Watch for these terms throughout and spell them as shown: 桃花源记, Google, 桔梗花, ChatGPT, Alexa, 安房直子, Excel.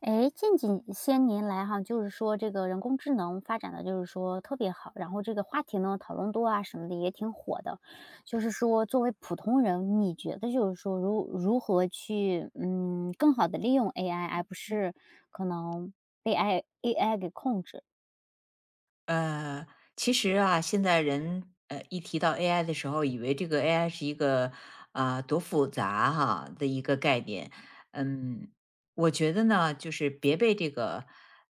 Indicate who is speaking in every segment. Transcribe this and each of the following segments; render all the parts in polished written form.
Speaker 1: 哎，近几些年来哈，就是说这个人工智能发展的就是说特别好，然后这个话题呢讨论多啊什么的也挺火的。就是说作为普通人，你觉得就是说如何去更好的利用 AI，而不是可能被 AI 给控制？
Speaker 2: 呃，其实啊，现在人一提到 AI 的时候，以为这个 AI 是一个多复杂哈的一个概念。嗯，我觉得呢，就是别被这个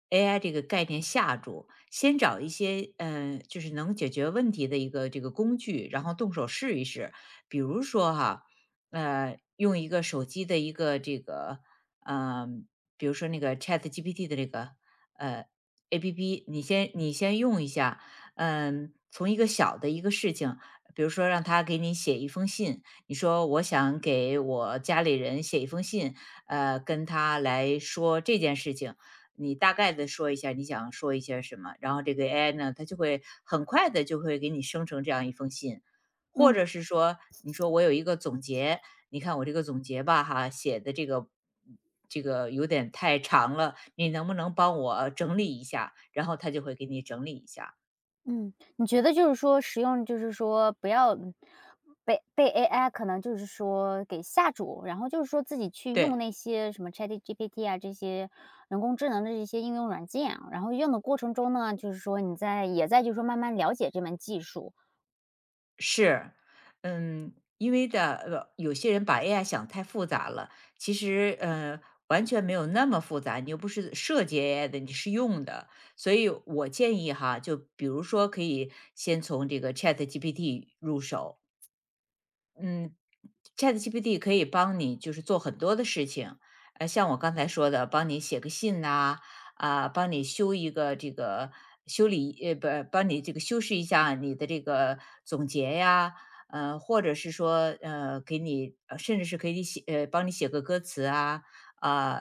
Speaker 2: AI 这个概念吓住，先找一些就是能解决问题的一个这个工具，然后动手试一试。比如说哈，用一个手机的一个这个，嗯、比如说那个 Chat GPT 的这个。呃。APP，你先用一下，从一个小的一个事情，比如说让他给你写一封信，你说我想给我家里人写一封信，跟他来说这件事情，你大概的说一下你想说一些什么，然后这个 AI 呢，它就会很快的就会给你生成这样一封信，或
Speaker 1: 嗯。
Speaker 2: 者是说你说我有一个总结，你看我这个总结吧，哈，写的这个这个有点太长了，你能不能帮我整理一下？然后他就会给你整理一下。
Speaker 1: 嗯，你觉得就是说使用就是说不要被 AI 可能就是说给吓住，然后就是说自己去用
Speaker 2: 对，
Speaker 1: 那些什么 ChatGPT 啊这些人工智能的这些应用软件啊然后用的过程中呢，就是说你在也在就是说慢慢了解这门技术，
Speaker 2: 是，因为的有些人把 AI 想太复杂了，其实完全没有那么复杂，你又不是设计 AI 的，你是用的，所以我建议哈，就比如说可以先从这个 Chat GPT 入手，嗯，ChatGPT 可以帮你就是做很多的事情，像我刚才说的，帮你写个信呐、啊，帮你修一个这个修理，不，帮你这个修饰一下你的这个总结呀，或者是说，给你，甚至是可以写，帮你写个歌词啊，啊、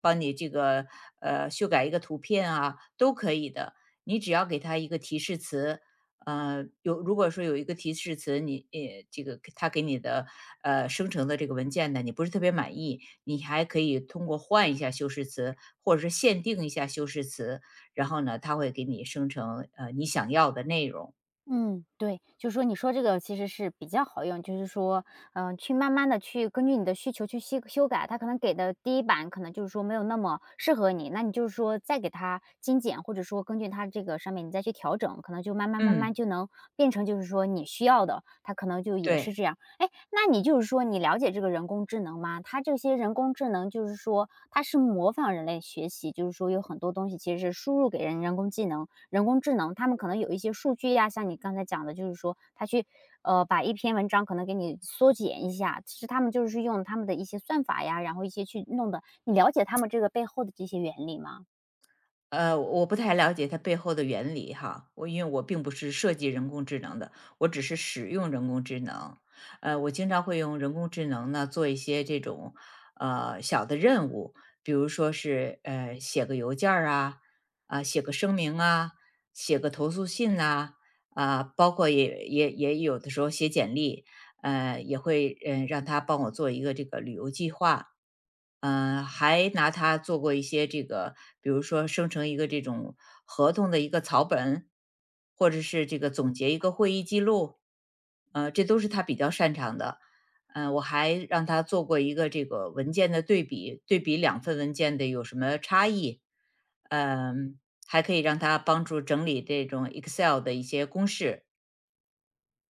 Speaker 2: 帮你这个，修改一个图片啊，都可以的。你只要给他一个提示词，有如果说有一个提示词，你这个它给你的生成的这个文件呢，你不是特别满意，你还可以通过换一下修饰词，或者是限定一下修饰词，然后呢，它会给你生成你想要的内容。
Speaker 1: 嗯，对，就是说你说这个其实是比较好用，就是说，去慢慢的去根据你的需求去修改，它可能给的第一版可能就是说没有那么适合你，那你就是说再给它精简，或者说根据它这个上面你再去调整，可能就慢慢慢慢
Speaker 2: 嗯，
Speaker 1: 就能变成就是说你需要的，它可能就也是
Speaker 2: 对。
Speaker 1: 这样。哎，那你就是说你了解这个人工智能吗？它这些人工智能就是说它是模仿人类学习，就是说有很多东西其实是输入给人工智能。人工智能，他们可能有一些数据呀，像你刚才讲的，就是说他去，把一篇文章可能给你缩减一下，其实他们就是用他们的一些算法呀，然后一些去弄的，你了解他们这个背后的这些原理吗？
Speaker 2: 我不太了解它背后的原理哈，我因为我并不是设计人工智能的，我只是使用人工智能。我经常会用人工智能呢做一些这种小的任务，比如说是写个邮件儿啊，啊、写个声明啊，写个投诉信呐、啊，包括也有的时候写简历，也会让他帮我做一个这个旅游计划，嗯，还拿它做过一些这个，比如说生成一个这种合同的一个草本，或者是这个总结一个会议记录，这都是他比较擅长的。我还让他做过一个这个文件的对比，对比两份文件的有什么差异，嗯、还可以让他帮助整理这种 Excel 的一些公式。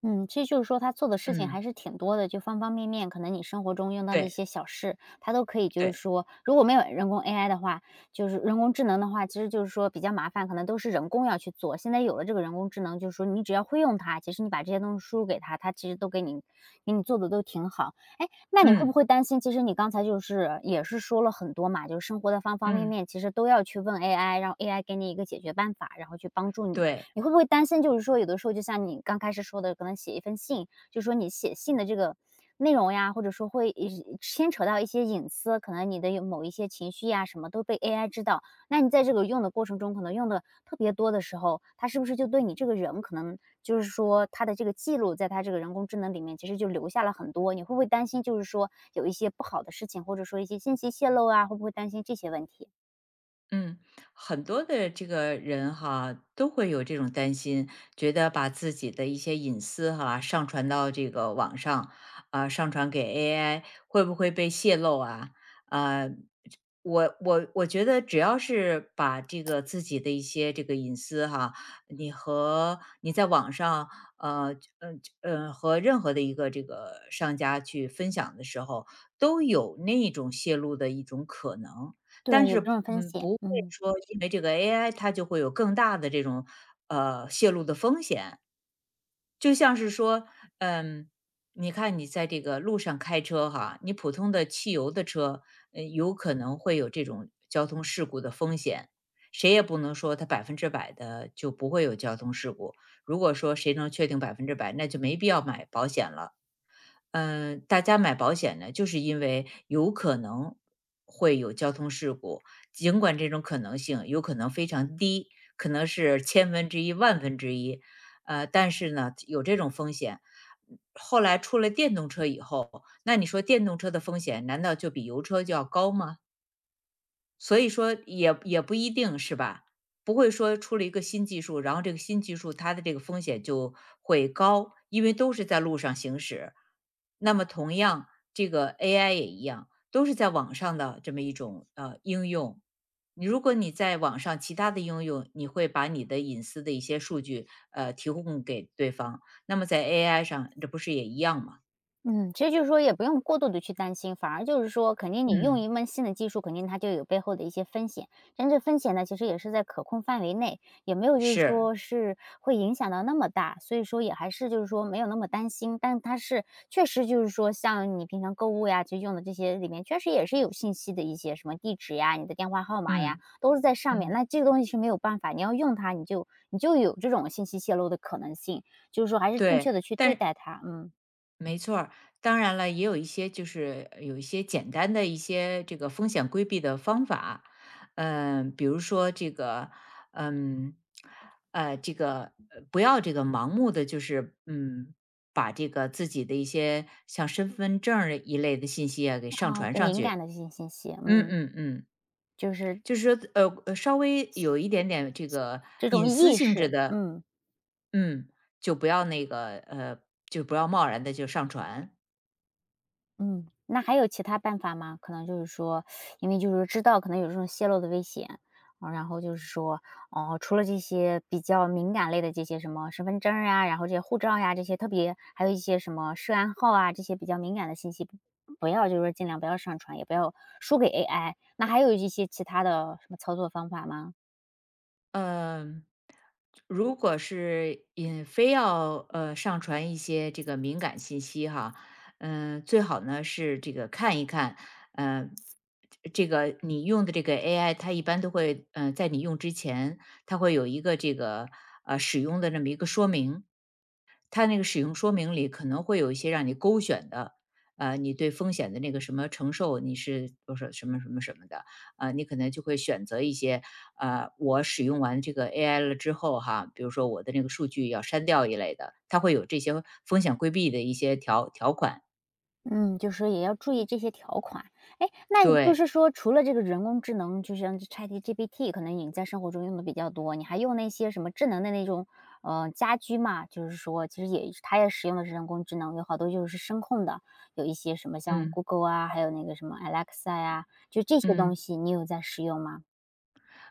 Speaker 1: 嗯，其实就是说他做的事情还
Speaker 2: 嗯，
Speaker 1: 是挺多的，就方方面面，可能你生活中用到的一
Speaker 2: 对
Speaker 1: 些小事，他都可以就是
Speaker 2: 对，
Speaker 1: 说，如果没有人工 AI 的话，就是人工智能的话，其实就是说比较麻烦，可能都是人工要去做。现在有了这个人工智能，就是说你只要会用它，其实你把这些东西输入给它，它其实都给你做的都挺好。哎，那你会不
Speaker 2: 嗯
Speaker 1: 会担心？其实你刚才就是也是说了很多嘛，就是生活的方方面
Speaker 2: 嗯，
Speaker 1: 面，其实都要去问 AI，让 AI 给你一个解决办法，然后去帮助你。
Speaker 2: 对。
Speaker 1: 你会不会担心，就是说有的时候就像你刚开始说的，可能写一封信，就是说你写信的这个内容呀，或者说会一牵扯到一些隐私，可能你的有某一些情绪呀什么都被 AI 知道。那你在这个用的过程中，可能用的特别多的时候，它是不是就对你这个人，可能就是说它的这个记录，在它这个人工智能里面，其实就留下了很多。你会不会担心，就是说有一些不好的事情，或者说一些信息泄露啊，会不会担心这些问题？
Speaker 2: 嗯，很多的这个人哈，都会有这种担心，觉得把自己的一些隐私哈上传到这个网上，上传给 AI 会不会被泄露啊？啊、我觉得只要是把这个自己的一些这个隐私哈，你和你在网上呃和任何的一个这个商家去分享的时候，都有那种泄露的一种可能。
Speaker 1: 对，
Speaker 2: 但
Speaker 1: 有
Speaker 2: 是，
Speaker 1: 这种风险，
Speaker 2: 不会
Speaker 1: 嗯。
Speaker 2: 说因为这个 AI 它就会有更大的这种，泄露的风险。就像是说，嗯，你看你在这个路上开车哈，你普通的汽油的车，有可能会有这种交通事故的风险。谁也不能说它百分之百的就不会有交通事故，如果说谁能确定百分之百，那就没必要买保险了。大家买保险呢，就是因为有可能会有交通事故，尽管这种可能性有可能非常低，可能是千分之一、万分之一，但是呢，有这种风险。后来出了电动车以后，那你说电动车的风险难道就比油车就要高吗？所以说也不一定是吧？不会说出了一个新技术，然后这个新技术它的这个风险就会高，因为都是在路上行驶。那么同样，这个 AI 也一样，都是在网上的这么一种应用。你如果你在网上其他的应用，你会把你的隐私的一些数据提供给对方，那么在 AI 上这不是也一样吗？
Speaker 1: 嗯，其实就是说也不用过度的去担心，反而就是说肯定你用
Speaker 2: 嗯，
Speaker 1: 一门新的技术，肯定它就有背后的一些风险，但这风险呢，其实也是在可控范围内，也没有就是
Speaker 2: 是，
Speaker 1: 说是会影响到那么大，所以说也还是就是说没有那么担心。但它是确实就是说像你平常购物呀，就用的这些里面确实也是有信息的一些什么地址呀，你的电话号码呀，
Speaker 2: 嗯
Speaker 1: 都是在上面，
Speaker 2: 嗯，
Speaker 1: 那这个东西是没有办法，你要用它，你就你就有这种信息泄露的可能性，就是说还是正
Speaker 2: 对。
Speaker 1: 确的去对
Speaker 2: 但
Speaker 1: 待它，嗯。
Speaker 2: 没错儿，当然了，也有一些就是有一些简单的一些这个风险规避的方法，比如说这个，嗯，这个不要这个盲目的就是把这个自己的一些像身份证儿一类的信息啊给上
Speaker 1: 哦，
Speaker 2: 传
Speaker 1: 不
Speaker 2: 上
Speaker 1: 敏感
Speaker 2: 去，
Speaker 1: 的这些信息，
Speaker 2: 嗯
Speaker 1: 嗯，
Speaker 2: 嗯嗯，
Speaker 1: 就是
Speaker 2: 就是说稍微有一点点这个
Speaker 1: 这种
Speaker 2: 隐私
Speaker 1: 意
Speaker 2: 性
Speaker 1: 识，
Speaker 2: 质的，
Speaker 1: 嗯
Speaker 2: 嗯，就不要那个就不要贸然的就上传，
Speaker 1: 嗯，那还有其他办法吗？可能就是说，因为就是知道可能有这种泄露的危险，啊，然后就是说，哦，除了这些比较敏感类的这些什么身份证儿啊，然后这些护照呀，这些特别还有一些什么涉案号啊，这些比较敏感的信息，不要就是说尽量不要上传，也不要输给 AI。那还有一些其他的什么操作方法吗？
Speaker 2: 嗯，如果是也非要上传一些这个敏感信息哈，最好呢是这个看一看，呃，这个你用的这个 AI，它一般都会在你用之前，它会有一个这个使用的那么一个说明，它那个使用说明里可能会有一些让你勾选的，你对风险的那个什么承受，你是多少什么什么什么的，你可能就会选择一些，我使用完这个 AI 了之后哈，比如说我的那个数据要删掉一类的，它会有这些风险规避的一些条款。
Speaker 1: 嗯，就说也要注意这些条款。哎，那也就
Speaker 2: 对，
Speaker 1: 是说，除了这个人工智能，就像 ChatGPT，可能你在生活中用的比较多，你还用那些什么智能的那种家居嘛？就是说，其实也它也使用的是人工智能，有好多就是声控的，有一些什么像
Speaker 2: 嗯
Speaker 1: Google 啊，还有那个什么 Alexa 呀、就这些
Speaker 2: 嗯。
Speaker 1: 东西，你有在使用吗？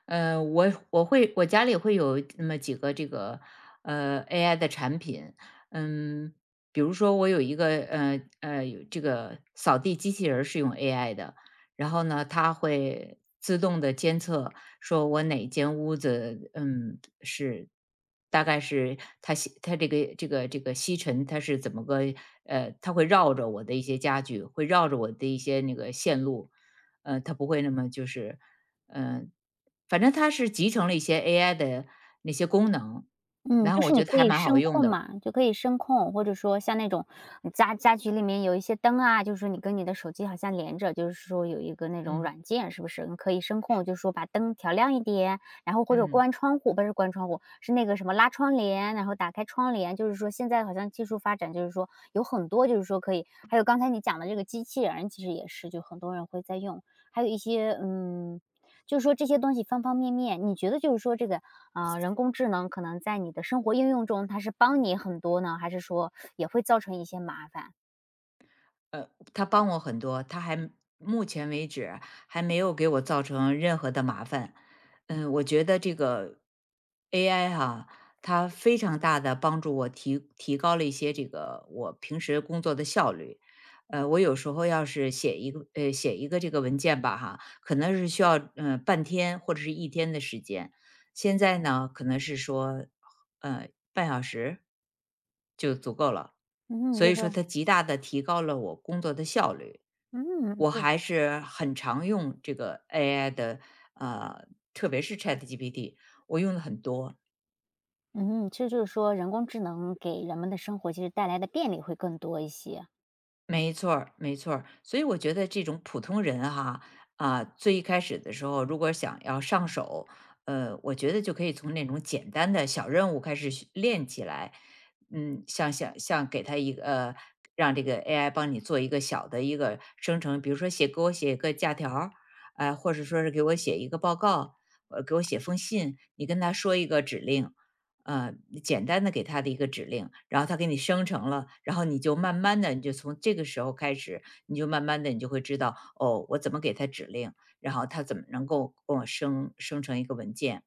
Speaker 2: 我家里会有那么几个这个AI 的产品，嗯，比如说我有一个有这个扫地机器人儿是用 AI 的，然后呢，它会自动的监测说我哪间屋子嗯是。大概是它吸它这个吸尘，它是怎么个它会绕着我的一些家具，会绕着我的一些那个线路，它不会那么就是嗯，反正它是集成了一些 AI 的那些功能，
Speaker 1: 嗯，
Speaker 2: 然
Speaker 1: 就
Speaker 2: 后我
Speaker 1: 是你
Speaker 2: 觉得
Speaker 1: 可
Speaker 2: 还
Speaker 1: 以
Speaker 2: 蛮好
Speaker 1: 声
Speaker 2: 用
Speaker 1: 控
Speaker 2: 的。
Speaker 1: 嘛，就可以声控，或者说像那种家居里面有一些灯啊，就是说你跟你的手机好像连着，就是说有一个那种
Speaker 2: 嗯，
Speaker 1: 软件，是不是？你可以声控，就是说把灯调亮一点，然后或者
Speaker 2: 嗯。
Speaker 1: 关窗户，不是关窗户，是那个什么拉窗帘，然后打开窗帘。就是说现在好像技术发展，就是说有很多就是说可以，还有刚才你讲的这个机器人，其实也是，就很多人会在用，还有一些就是说这些东西方方面面，你觉得就是说这个啊，人工智能可能在你的生活应用中，它是帮你很多呢，还是说也会造成一些麻烦？
Speaker 2: 呃，他帮我很多，他还目前为止还没有给我造成任何的麻烦。嗯，我觉得这个 AI 哈、它非常大的帮助我提高了一些这个我平时工作的效率。我有时候要是写一个这个文件吧哈，可能是需要半天或者是一天的时间，现在呢可能是说呃半小时就足够了。
Speaker 1: 嗯，
Speaker 2: 所以说它极大的提高了我工作的效率。
Speaker 1: 嗯，
Speaker 2: 我
Speaker 1: 就
Speaker 2: 还是很常用这个 AI 的，呃，特别是 ChatGPT，我用的很多。
Speaker 1: 嗯，其实就是说人工智能给人们的生活其实带来的便利会更多一些。
Speaker 2: 没错儿，没错儿。所以我觉得这种普通人哈，啊，最一开始的时候，如果想要上手，我觉得就可以从那种简单的小任务开始学练起来。嗯，像给他一个让这个 AI 帮你做一个小的一个生成，比如说给我写一个假条儿，哎、或者说是给我写一个报告，给我写封信，你跟他说一个指令，呃，简单的给他的一个指令，然后他给你生成了，然后你就慢慢的，你就从这个时候开始，你就慢慢的，你就会知道，哦，我怎么给他指令，然后他怎么能够跟我生成一个文件。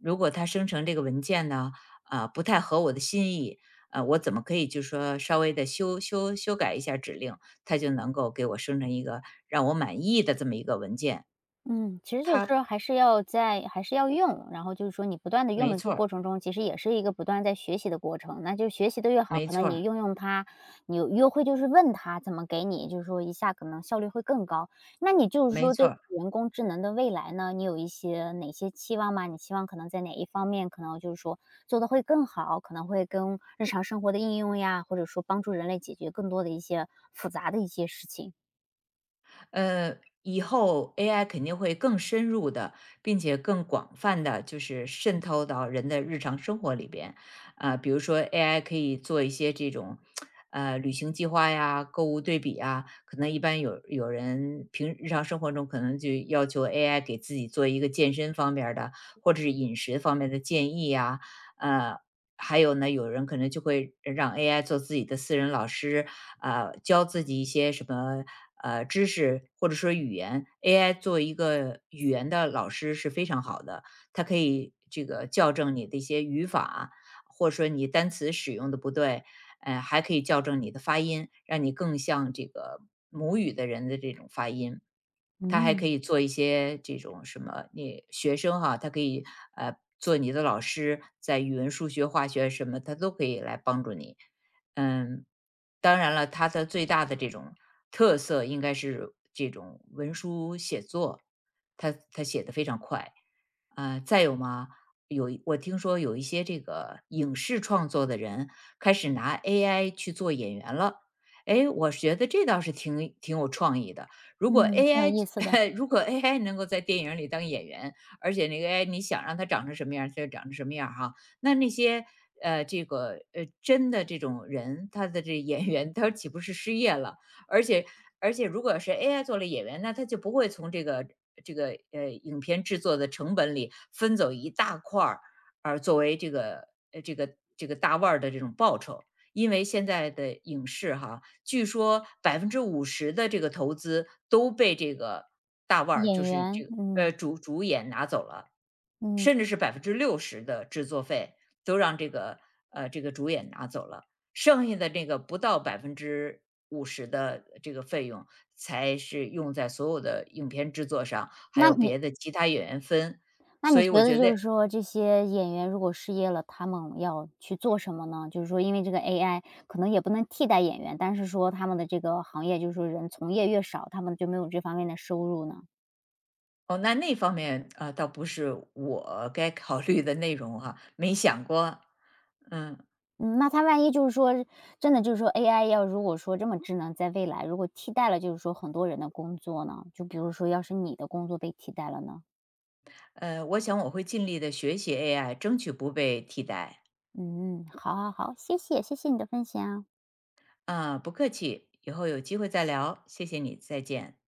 Speaker 2: 如果他生成这个文件呢，啊、不太合我的心意，我怎么可以就说稍微的修改一下指令，他就能够给我生成一个让我满意的这么一个文件？
Speaker 1: 嗯，其实就是
Speaker 2: 他
Speaker 1: 说还是要用，然后就是说你不断的用
Speaker 2: 没
Speaker 1: 的这
Speaker 2: 错儿，
Speaker 1: 过程中，其实也是一个不断在学习的过程。那就学习的越好，
Speaker 2: 没
Speaker 1: 可
Speaker 2: 错
Speaker 1: 能你
Speaker 2: 儿，
Speaker 1: 用用它，你约会就是问他怎么给你，就是说一下可能效率会更高。那你就是
Speaker 2: 没
Speaker 1: 说对
Speaker 2: 错儿。
Speaker 1: 人工智能的未来呢，你有一些哪些期望吗？你希望可能在哪一方面可能就是说做的会更好，可能会跟日常生活的应用呀，或者说帮助人类解决更多的一些复杂的一些事情。
Speaker 2: 呃，以后 AI 肯定会更深入的，并且更广泛的，就是渗透到人的日常生活里边。比如说 AI 可以做一些这种，旅行计划呀、购物对比啊，可能一般有人平日常生活中可能就要求 AI 给自己做一个健身方面儿的，或者是饮食方面的建议呀，呃，还有呢，有人可能就会让 AI 做自己的私人老师，教自己一些什么知识或者说语言，AI 作为一个语言的老师是非常好的，它可以这个校正你的一些语法，或者说你单词使用的不对，还可以校正你的发音，让你更像这个母语的人的这种发音。他还可
Speaker 1: 嗯，
Speaker 2: 以做一些这种什么，你学生哈、他可以做你的老师，在语文、数学、化学什么，他都可以来帮助你。嗯，当然了，它的最大的这种特色应该是这种文书写作，他写的非常快。啊，再有嘛，我听说有一些这个影视创作的人开始拿 AI 去做演员了。哎，我觉得这倒是挺有创意的。如果
Speaker 1: 嗯，挺
Speaker 2: AI
Speaker 1: 有意思的。
Speaker 2: 如果 AI 能够在电影里当演员，而且那个 AI 你想让它长成什么样它就长成什么样哈。那些这个真的这种人，他的这演员，他岂不是失业了？而且而且，如果是 AI 做了演员，那他就不会从这个影片制作的成本里分走一大块儿，而作为这个这个大腕儿的这种报酬。因为现在的影视哈，据说百分之五十的这个投资都被这个大腕儿，
Speaker 1: 演
Speaker 2: 就是这
Speaker 1: 员，
Speaker 2: 个
Speaker 1: 嗯
Speaker 2: 主演拿走了，
Speaker 1: 嗯，
Speaker 2: 甚至是60%的制作费都让这个这个主演拿走了，剩下的那个不到百分之五十的这个费用才是用在所有的影片制作上，还
Speaker 1: 那
Speaker 2: 有
Speaker 1: 你
Speaker 2: 别的其他演员分。
Speaker 1: 那
Speaker 2: 所
Speaker 1: 你
Speaker 2: 以
Speaker 1: 觉
Speaker 2: 我
Speaker 1: 得
Speaker 2: 觉
Speaker 1: 就是
Speaker 2: 得
Speaker 1: 说这些演员如果失业了，他们要去做什么呢？就是说因为这个 AI 可能也不能替代演员，但是说他们的这个行业就是说人从业越少，他们就没有这方面的收入呢？
Speaker 2: 哦，那方面，啊，倒不是我该考虑的内容哈，没想过。嗯，
Speaker 1: 嗯，那他万一就是说真的就是说 AI 要如果说这么智能，在未来如果替代了就是说很多人的工作呢？就比如说要是你的工作被替代了呢？
Speaker 2: 我想我会尽力的学习 AI，争取不被替代。
Speaker 1: 嗯，好好好，谢谢谢谢你的分享。
Speaker 2: 啊，不客气，以后有机会再聊，谢谢你，再见。